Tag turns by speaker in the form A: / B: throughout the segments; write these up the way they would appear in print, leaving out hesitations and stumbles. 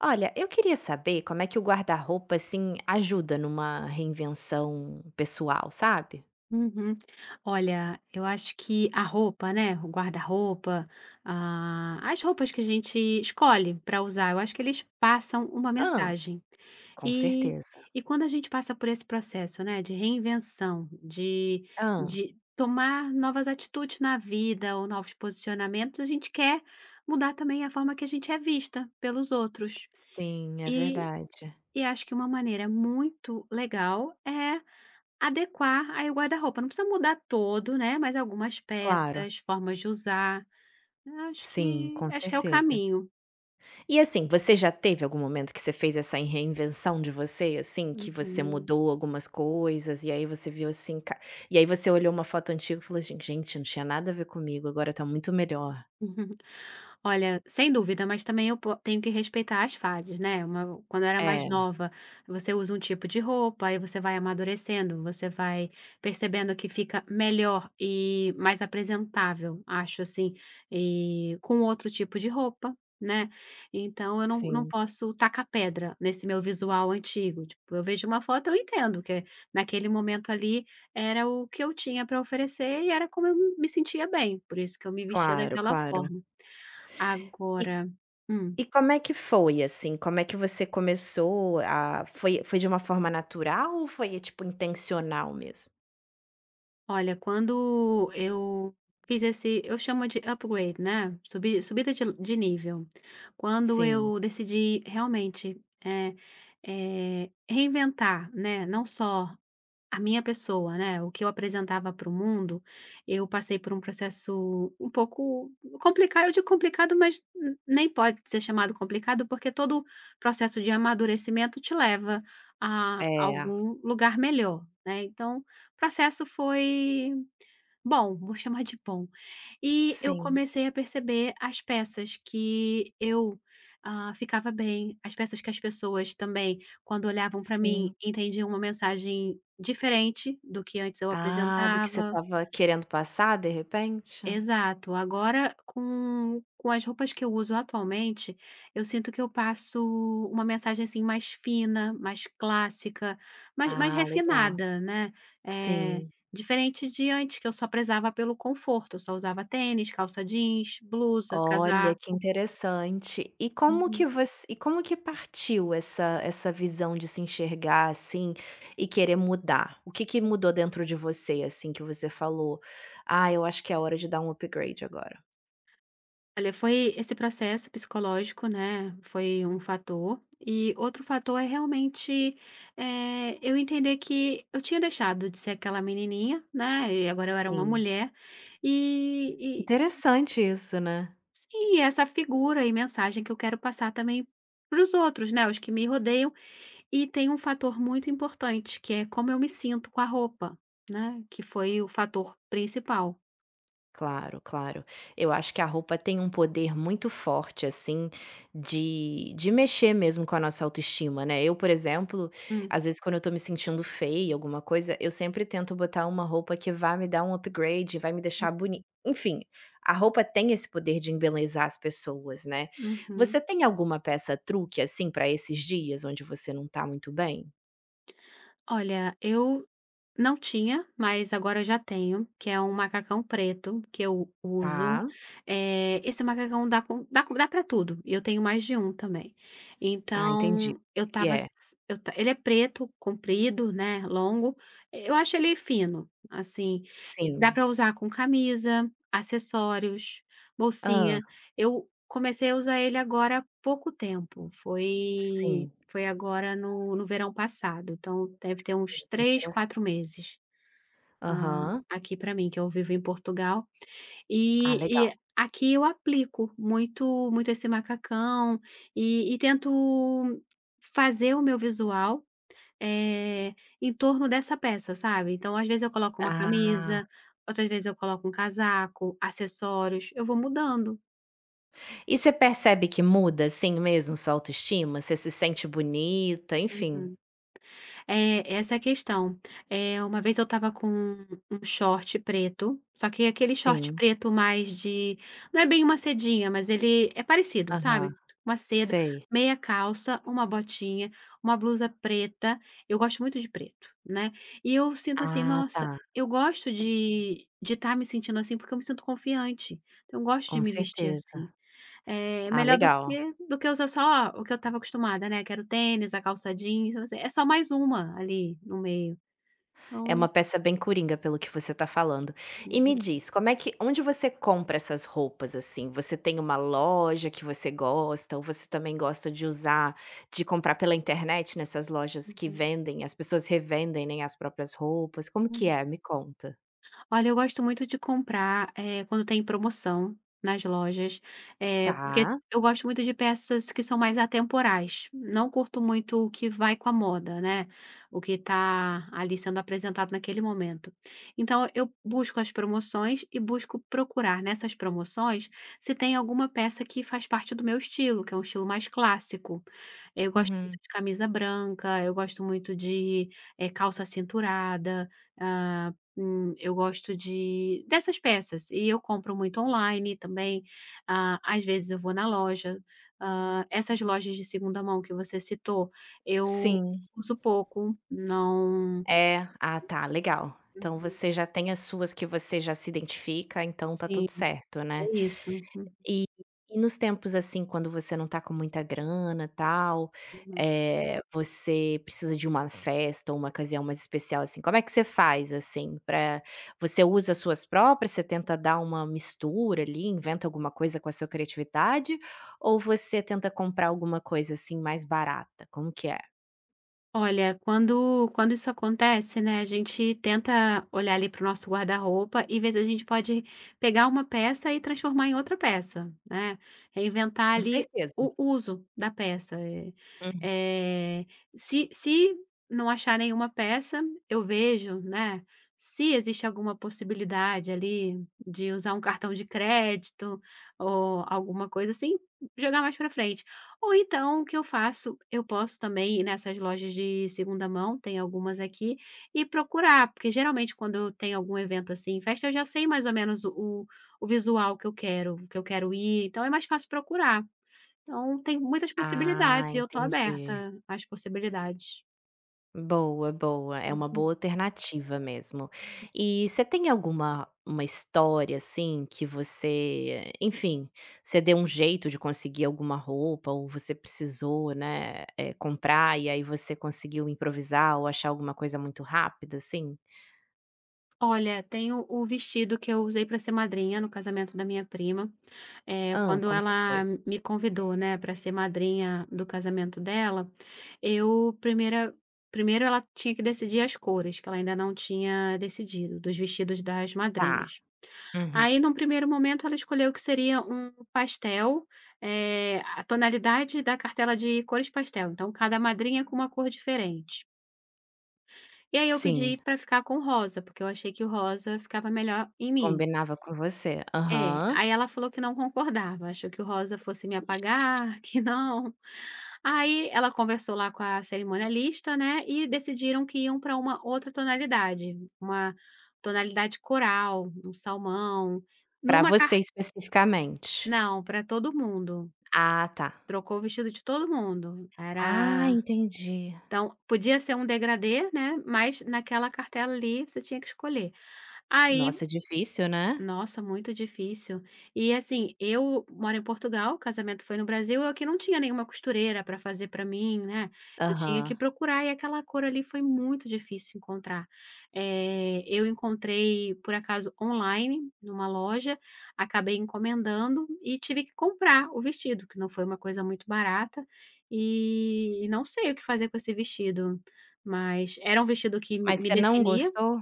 A: Olha, eu queria saber como é que o guarda-roupa, assim, ajuda numa reinvenção pessoal, sabe?
B: Uhum. Olha, eu acho que a roupa, né, o guarda-roupa, as roupas que a gente escolhe para usar, eu acho que eles passam uma
A: Ah,
B: mensagem.
A: com
B: E,
A: certeza.
B: e quando a gente passa por esse processo, né, de reinvenção, de,
A: Ah,
B: de tomar novas atitudes na vida ou novos posicionamentos, a gente quer mudar também a forma que a gente é vista pelos outros.
A: sim, é
B: E,
A: verdade.
B: e acho que uma maneira muito legal é adequar aí o guarda-roupa, não precisa mudar todo, né, mas algumas
A: Claro,
B: peças, formas de usar, eu acho
A: sim,
B: que
A: com
B: é o
A: certeza.
B: caminho.
A: E assim, você já teve algum momento que você fez essa reinvenção de você, assim, que você
B: Uhum.
A: mudou algumas coisas e aí você viu assim, ca e aí você olhou uma foto antiga e falou assim: "Gente, não tinha nada a ver comigo, agora tá muito melhor".
B: Uhum. Olha, sem dúvida, mas também eu po tenho que respeitar as fases, né, uma quando eu era mais
A: É,
B: nova, você usa um tipo de roupa, aí você vai amadurecendo, você vai percebendo que fica melhor e mais apresentável, acho assim, e com outro tipo de roupa, né. Então eu não
A: sim,
B: posso tacar pedra nesse meu visual antigo, tipo, eu vejo uma foto, eu entendo que naquele momento ali era o que eu tinha para oferecer e era como eu me sentia bem, por isso que eu me vestia
A: claro,
B: daquela
A: claro.
B: forma. Agora hum,
A: E como é que foi, assim? Como é que você começou a foi foi de uma forma natural ou foi, tipo, intencional mesmo?
B: olha, quando eu fiz esse eu chamo de upgrade, né, subida de nível. Quando
A: Sim,
B: eu decidi realmente, reinventar, né, não só a minha pessoa, né, o que eu apresentava para o mundo, eu passei por um processo um pouco complicado, eu digo complicado, mas n nem pode ser chamado complicado, porque todo processo de amadurecimento te leva a
A: é,
B: algum lugar melhor, né, então o processo foi bom, vou chamar de bom. E eu
A: sim,
B: comecei a perceber as peças que eu, ficava bem, as peças que as pessoas também, quando olhavam para
A: sim.
B: mim, entendiam uma mensagem diferente do que antes eu
A: Ah, do que você
B: apresentava.
A: estava querendo passar, de repente?
B: Exato. Agora com as roupas que eu uso atualmente, eu sinto que eu passo uma mensagem, assim, mais fina, mais clássica, mais
A: Ah, legal.
B: refinada, né. Eh,
A: Sim.
B: Diferente de antes que eu só prezava pelo conforto, eu só usava tênis, calça jeans, blusa,
A: Olha, que
B: casaco.
A: interessante. E
B: Uhum.
A: como que partiu essa visão de se enxergar, assim, e querer mudar? O que que mudou dentro de você, assim, que você falou: "Ah, eu acho que é hora de dar um upgrade agora"?
B: Olha, foi esse processo psicológico, né, foi um fator, e outro fator é realmente, eu entender que eu tinha deixado de ser aquela menininha, né, e agora eu era uma
A: Sim,
B: mulher, e e e
A: interessante isso, né?
B: sim, essa figura e mensagem que eu quero passar também para os outros, né, os que me rodeiam, e tem um fator muito importante, que é como eu me sinto com a roupa, né, que foi o fator principal.
A: Claro, claro. Eu acho que a roupa tem um poder muito forte, assim, de mexer mesmo com a nossa autoestima, né. Eu, por exemplo,
B: Hum.
A: às vezes quando eu tô me sentindo feia, alguma coisa, eu sempre tento botar uma roupa que vá me dar um upgrade, vai me deixar bonita. Enfim, a roupa tem esse poder de embelezar as pessoas, né.
B: Uhum.
A: Você tem alguma peça truque, assim, pra esses dias onde você não tá muito bem?
B: Olha, eu não tinha, mas agora eu já tenho, que é um macacão preto que eu uso.
A: Tá.
B: Esse macacão dá pra tudo, e eu tenho mais de um também.
A: Ah, entendi.
B: Então, eu
A: Ele
B: estava
A: é.
B: s eu ta ele é preto, comprido, né, longo, eu acho ele fino, assim, e dá
A: Sim.
B: para usar com camisa, acessórios,
A: Ah,
B: bolsinha. Eu comecei a usar ele agora há pouco tempo, foi
A: sim.
B: foi agora no verão passado, então deve ter uns
A: Olha, que.
B: 3, 4 meses,
A: Aham.
B: aqui para mim, que eu vivo em Portugal.
A: Ah,
B: E
A: legal.
B: e aqui eu aplico muito muito esse macacão e tento fazer o meu visual, eh, em torno dessa peça, sabe. Então, às vezes, eu coloco uma
A: Ah.
B: camisa, outras vezes eu coloco um casaco, acessórios, eu vou mudando.
A: E você percebe que muda, assim, mesmo sua autoestima? Você se sente bonita, enfim.
B: Uhum. É, essa é a questão. Uma vez eu estava com um short preto, só que aquele short
A: Sim.
B: preto mais de não é bem uma sedinha, mas ele é parecido,
A: Aham.
B: sabe, uma seda,
A: Sei.
B: meia calça, uma botinha, uma blusa preta, eu gosto muito de preto, né, e eu sinto assim:
A: Ah, tá.
B: "Nossa, eu gosto de estar me sentindo assim, porque eu me sinto confiante, então eu gosto de
A: Com
B: me vestir
A: certeza.
B: assim". É
A: Ah,
B: melhor do
A: legal.
B: que usar só o que eu estava acostumada, né, que era o tênis, a calça jeans, então assim, é só mais uma ali no meio,
A: É uma
B: então.
A: peça bem coringa pelo que você tá falando. E me
B: Uhum.
A: diz, como é que onde você compra essas roupas, assim? Você tem uma loja que você gosta ou você também gosta de comprar pela internet nessas lojas que
B: Uhum.
A: vendem, as pessoas revendem, nem as próprias roupas? Como
B: Uhum.
A: que é? Me conta.
B: Olha, eu gosto muito de comprar, quando tem promoção nas lojas, porque
A: Tá.
B: eu gosto muito de peças que são mais atemporais. Não curto muito o que vai com a moda, né, o que está ali sendo apresentado naquele momento. Então eu busco as promoções e busco procurar nessas promoções se tem alguma peça que faz parte do meu estilo, que é um estilo mais clássico. Eu gosto muito
A: Uhum.
B: de camisa branca, eu gosto muito de, calça cinturada, ah, eu gosto de dessas peças e eu compro muito online também, às vezes eu vou na loja, essas lojas de segunda mão que você citou, eu
A: Sim.
B: uso pouco, não.
A: É. Ah, tá, legal. Então
B: Uhum.
A: você já tem as suas que você já se identifica, então tá
B: Sim,
A: tudo certo, né.
B: é isso.
A: E e nos tempos, assim, quando você não tá com muita grana, tal,
B: Uhum.
A: é você precisa de uma festa ou uma ocasião mais especial, assim, como é que você faz, assim, para você usa as suas próprias, você tenta dar uma mistura ali, inventa alguma coisa com a sua criatividade, ou você tenta comprar alguma coisa, assim, mais barata? Como que é?
B: Olha, quando isso acontece, né, a gente tenta olhar ali para o nosso guarda-roupa e ver se a gente pode pegar uma peça e transformar em outra peça, né, reinventar
A: Com
B: ali
A: certeza.
B: o uso da peça.
A: Uhum.
B: Eh, se não achar nenhuma peça, eu vejo, né, se existe alguma possibilidade ali de usar um cartão de crédito ou alguma coisa assim, jogar mais para frente. Ou então o que eu faço, eu posso também ir nessas lojas de segunda mão, tem algumas aqui, e procurar, porque geralmente quando eu tenho algum evento assim, festa, eu já sei mais ou menos o visual que eu quero ir, então é mais fácil procurar. Então tem muitas
A: Ah,
B: possibilidades e eu tô
A: entendi.
B: aberta às possibilidades.
A: Boa, boa. É uma
B: Uhum.
A: boa alternativa mesmo. E você tem alguma uma história assim que você, enfim, você deu um jeito de conseguir alguma roupa ou você precisou, né, comprar e aí você conseguiu improvisar ou achar alguma coisa muito rápida assim?
B: Olha, tem o vestido que eu usei para ser madrinha no casamento da minha prima,
A: Ah,
B: quando
A: como que foi?
B: ela me convidou, né, para ser madrinha do casamento dela. Eu primeira primeiro ela tinha que decidir as cores, que ela ainda não tinha decidido, dos vestidos das
A: Tá.
B: madrinhas.
A: Uhum.
B: Aí num primeiro momento ela escolheu que seria um pastel, a tonalidade da cartela de cores pastel, então cada madrinha com uma cor diferente. E aí eu pedi
A: Sim,
B: para ficar com rosa, porque eu achei que o rosa ficava melhor em mim.
A: combinava com você.
B: É,
A: Aham.
B: aí ela falou que não concordava, achou que o rosa fosse me apagar, que não. Aí ela conversou lá com a cerimonialista, né, e decidiram que iam para uma outra tonalidade, uma tonalidade coral, um salmão,
A: Pra
B: numa car
A: você especificamente.
B: não, para todo mundo,
A: Ah, tá.
B: trocou o vestido de todo mundo,
A: Ah,
B: era
A: entendi.
B: então podia ser um degradê, né, mas naquela cartela ali você tinha que escolher. Aí,
A: Nossa, é difícil, né?
B: nossa, muito difícil. E assim, eu moro em Portugal, o casamento foi no Brasil, eu que não tinha nenhuma costureira para fazer para mim, né, eu tinha que
A: Aham.
B: procurar e aquela cor ali foi muito difícil encontrar. Eu encontrei, por acaso, online, numa loja, acabei encomendando e tive que comprar o vestido, que não foi uma coisa muito barata, e e não sei o que fazer com esse vestido, mas era um vestido que me
A: Mas
B: me
A: você não
B: definia.
A: gostou?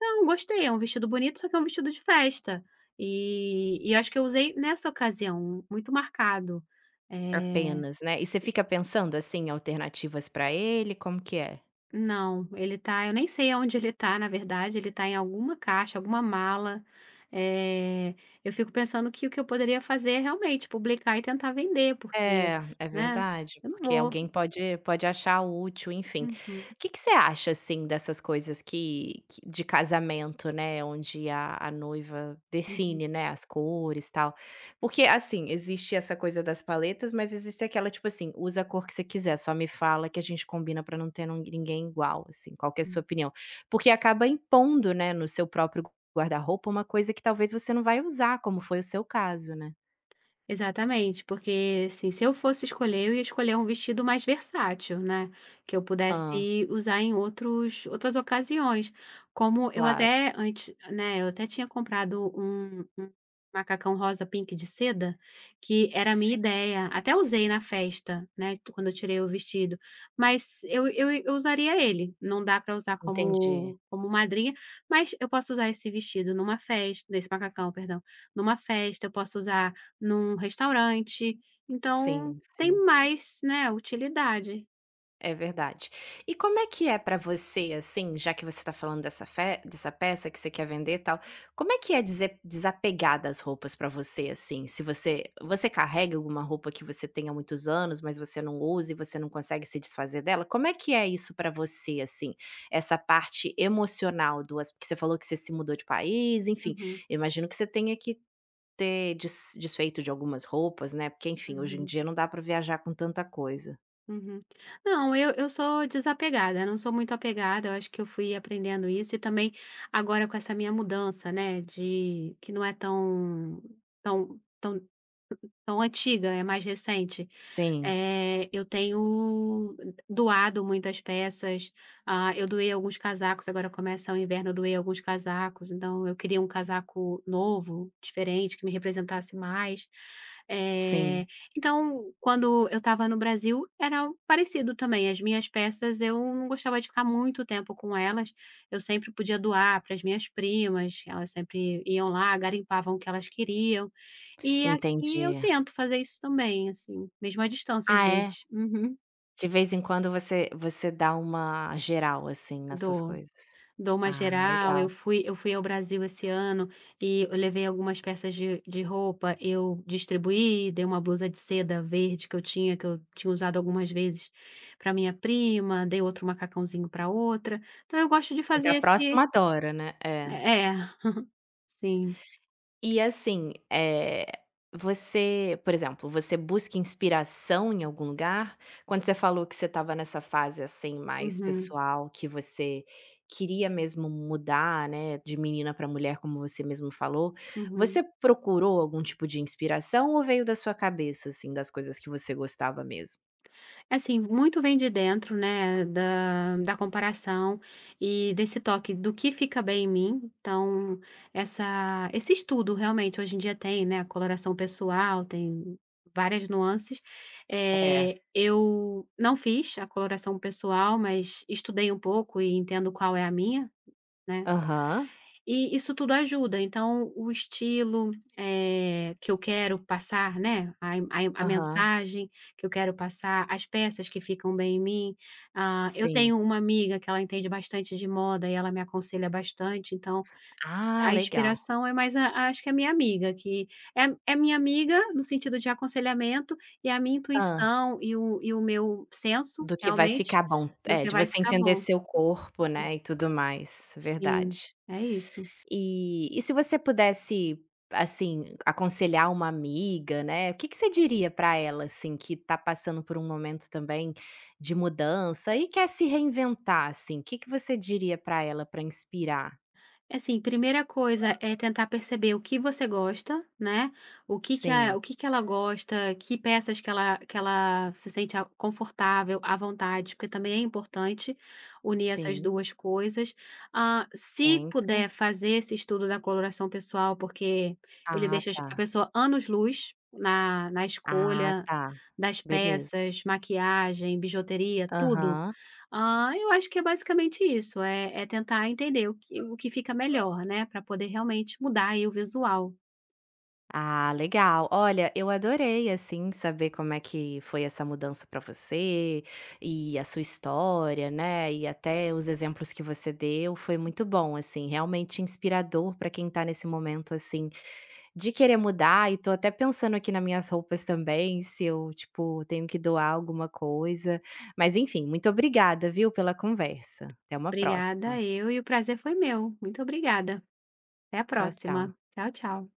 B: Não, gostei, é um vestido bonito, só que é um vestido de festa. E acho que eu usei nessa ocasião, muito marcado. Eh,
A: Apenas, né? E você fica pensando, assim, em alternativas pra ele, como que é?
B: não, ele tá eu nem sei aonde ele tá, na verdade, ele tá em alguma caixa, alguma mala. Eh, eu fico pensando que o que eu poderia fazer é realmente publicar e tentar vender, porque,
A: É, é
B: né,
A: verdade,
B: eu não
A: porque alguém
B: vou.
A: pode achar útil, enfim. O
B: Uhum.
A: Que que você acha, assim, dessas coisas que de casamento, né, onde a noiva
B: Uhum.
A: define, né, as cores, e tal. Porque, assim, existe essa coisa das paletas, mas existe aquela, tipo assim: "Usa a cor que você quiser, só me fala que a gente combina pra não ter nun ninguém igual", assim. Qual que é a sua
B: Uhum.
A: opinião? Porque acaba impondo, né, no seu próprio guarda-roupa uma coisa que talvez você não vai usar, como foi o seu caso, né.
B: Exatamente, porque assim, se eu fosse escolher, eu ia escolher um vestido mais versátil, né, que eu
A: Ah,
B: pudesse usar em outros outras ocasiões, como eu
A: claro.
B: até antes, né, eu até tinha comprado um macacão rosa pink de seda, que era a minha ideia, até usei na festa, né, quando eu tirei o vestido, mas eu usaria ele, não dá para usar
A: Entendi.
B: como madrinha, mas eu posso usar esse vestido numa festa desse macacão, perdão, numa festa, eu posso usar num restaurante, então
A: Sim,
B: tem
A: sim,
B: mais, né, utilidade.
A: é verdade. E como é que é pra você, assim, já que você tá falando dessa fe dessa peça que você quer vender, e tal, como é que é dese desapegar das roupas pra você, assim? Se você carrega alguma roupa que você tem há muitos anos, mas você não usa e você não consegue se desfazer dela, como é que é isso pra você, assim, essa parte emocional do as porque você falou que você se mudou de país, enfim,
B: Uhum.
A: eu imagino que você tenha que ter desfeito de algumas roupas, né, porque enfim, hoje em
B: Uhum.
A: dia não dá para viajar com tanta coisa.
B: Uhum. Não, eu sou desapegada, não sou muito apegada, eu acho que eu fui aprendendo isso e também agora com essa minha mudança, né, de que não é tão tão tão antiga, é mais recente.
A: Sim,
B: Eu tenho doado muitas peças, eu doei alguns casacos, agora começa o inverno, eu doei alguns casacos, então eu queria um casaco novo, diferente, que me representasse mais. Eh,
A: sim,
B: então, quando eu estava no Brasil, era parecido também. As minhas peças, eu não gostava de ficar muito tempo com elas, eu sempre podia doar para as minhas primas, elas sempre iam lá, garimpavam o que elas queriam. E aqui eu
A: entendi.
B: tento fazer isso também, assim, mesmo à distância às
A: Ah, é?
B: vezes. Uhum.
A: De vez em quando você dá uma geral, assim, nas suas
B: Dou,
A: coisas.
B: dou uma
A: Ah,
B: geral, eu
A: legal.
B: fui ao Brasil esse ano e eu levei algumas peças de roupa, eu distribuí, dei uma blusa de seda verde que eu tinha usado algumas vezes, para minha prima, dei outro macacãozinho para outra, então eu gosto de
A: Quem
B: fazer
A: tá próximo
B: esse.
A: adora, né. É.
B: É, sim.
A: E assim, você, por exemplo, você busca inspiração em algum lugar? Quando você falou que você estava nessa fase, assim, mais
B: Uhum.
A: pessoal, que você queria mesmo mudar, né, de menina para mulher, como você mesmo falou,
B: Uhum.
A: você procurou algum tipo de inspiração ou veio da sua cabeça, assim, das coisas que você gostava mesmo?
B: Assim, muito vem de dentro, né, da comparação e desse toque do que fica bem em mim. Então, essa esse estudo realmente hoje em dia tem, né, a coloração pessoal, tem várias nuances.
A: É.
B: Eu não fiz a coloração pessoal, mas estudei um pouco e entendo qual é a minha, né.
A: Aham,
B: E isso tudo ajuda, então o estilo, que eu quero passar, né, a
A: aham,
B: mensagem que eu quero passar, as peças que ficam bem em mim. Eu
A: sim.
B: tenho uma amiga que ela entende bastante de moda e ela me aconselha bastante, então
A: Ah,
B: a
A: legal.
B: inspiração é mais acho que é a minha amiga, que é é minha amiga no sentido de aconselhamento e a minha
A: Hã.
B: intuição e o meu senso,
A: Do que vai
B: realmente,
A: ficar bom.
B: do
A: É,
B: que
A: de
B: vai
A: você
B: ficar
A: entender
B: bom.
A: seu corpo, né, e tudo mais,
B: Sim,
A: verdade.
B: é isso.
A: E se você pudesse, assim, aconselhar uma amiga, né, o que que você diria para ela, assim, que tá passando por um momento também de mudança e quer se reinventar, assim, o que que você diria para ela para inspirar?
B: É, assim, primeira coisa é tentar perceber o que você gosta, né,
A: Sim,
B: o que que ela gosta, que peças que ela se sente a confortável, à vontade, porque também é importante unir essas
A: sim,
B: 2 coisas. Se puder
A: sempre.
B: fazer esse estudo da coloração pessoal, porque ele
A: Ah,
B: deixa as
A: tá.
B: a pessoa anos-luz na
A: Ah,
B: escolha
A: tá.
B: das
A: Beleza.
B: peças, maquiagem, bijuteria, tudo.
A: Aham.
B: Eu acho que é basicamente isso, é tentar entender o que fica melhor, né, para poder realmente mudar aí o visual.
A: Ah, legal. Olha, eu adorei, assim, saber como é que foi essa mudança para você e a sua história, né? E até os exemplos que você deu, foi muito bom, assim, realmente inspirador para quem tá nesse momento, assim, de querer mudar. E tô até pensando aqui nas minhas roupas também, se eu, tipo, tenho que doar alguma coisa. Mas, enfim, muito obrigada, viu, pela conversa. Até uma
B: Obrigada
A: próxima.
B: eu, e o prazer foi meu. Muito obrigada. Até a
A: Tchau, tchau.
B: próxima. Tchau, tchau.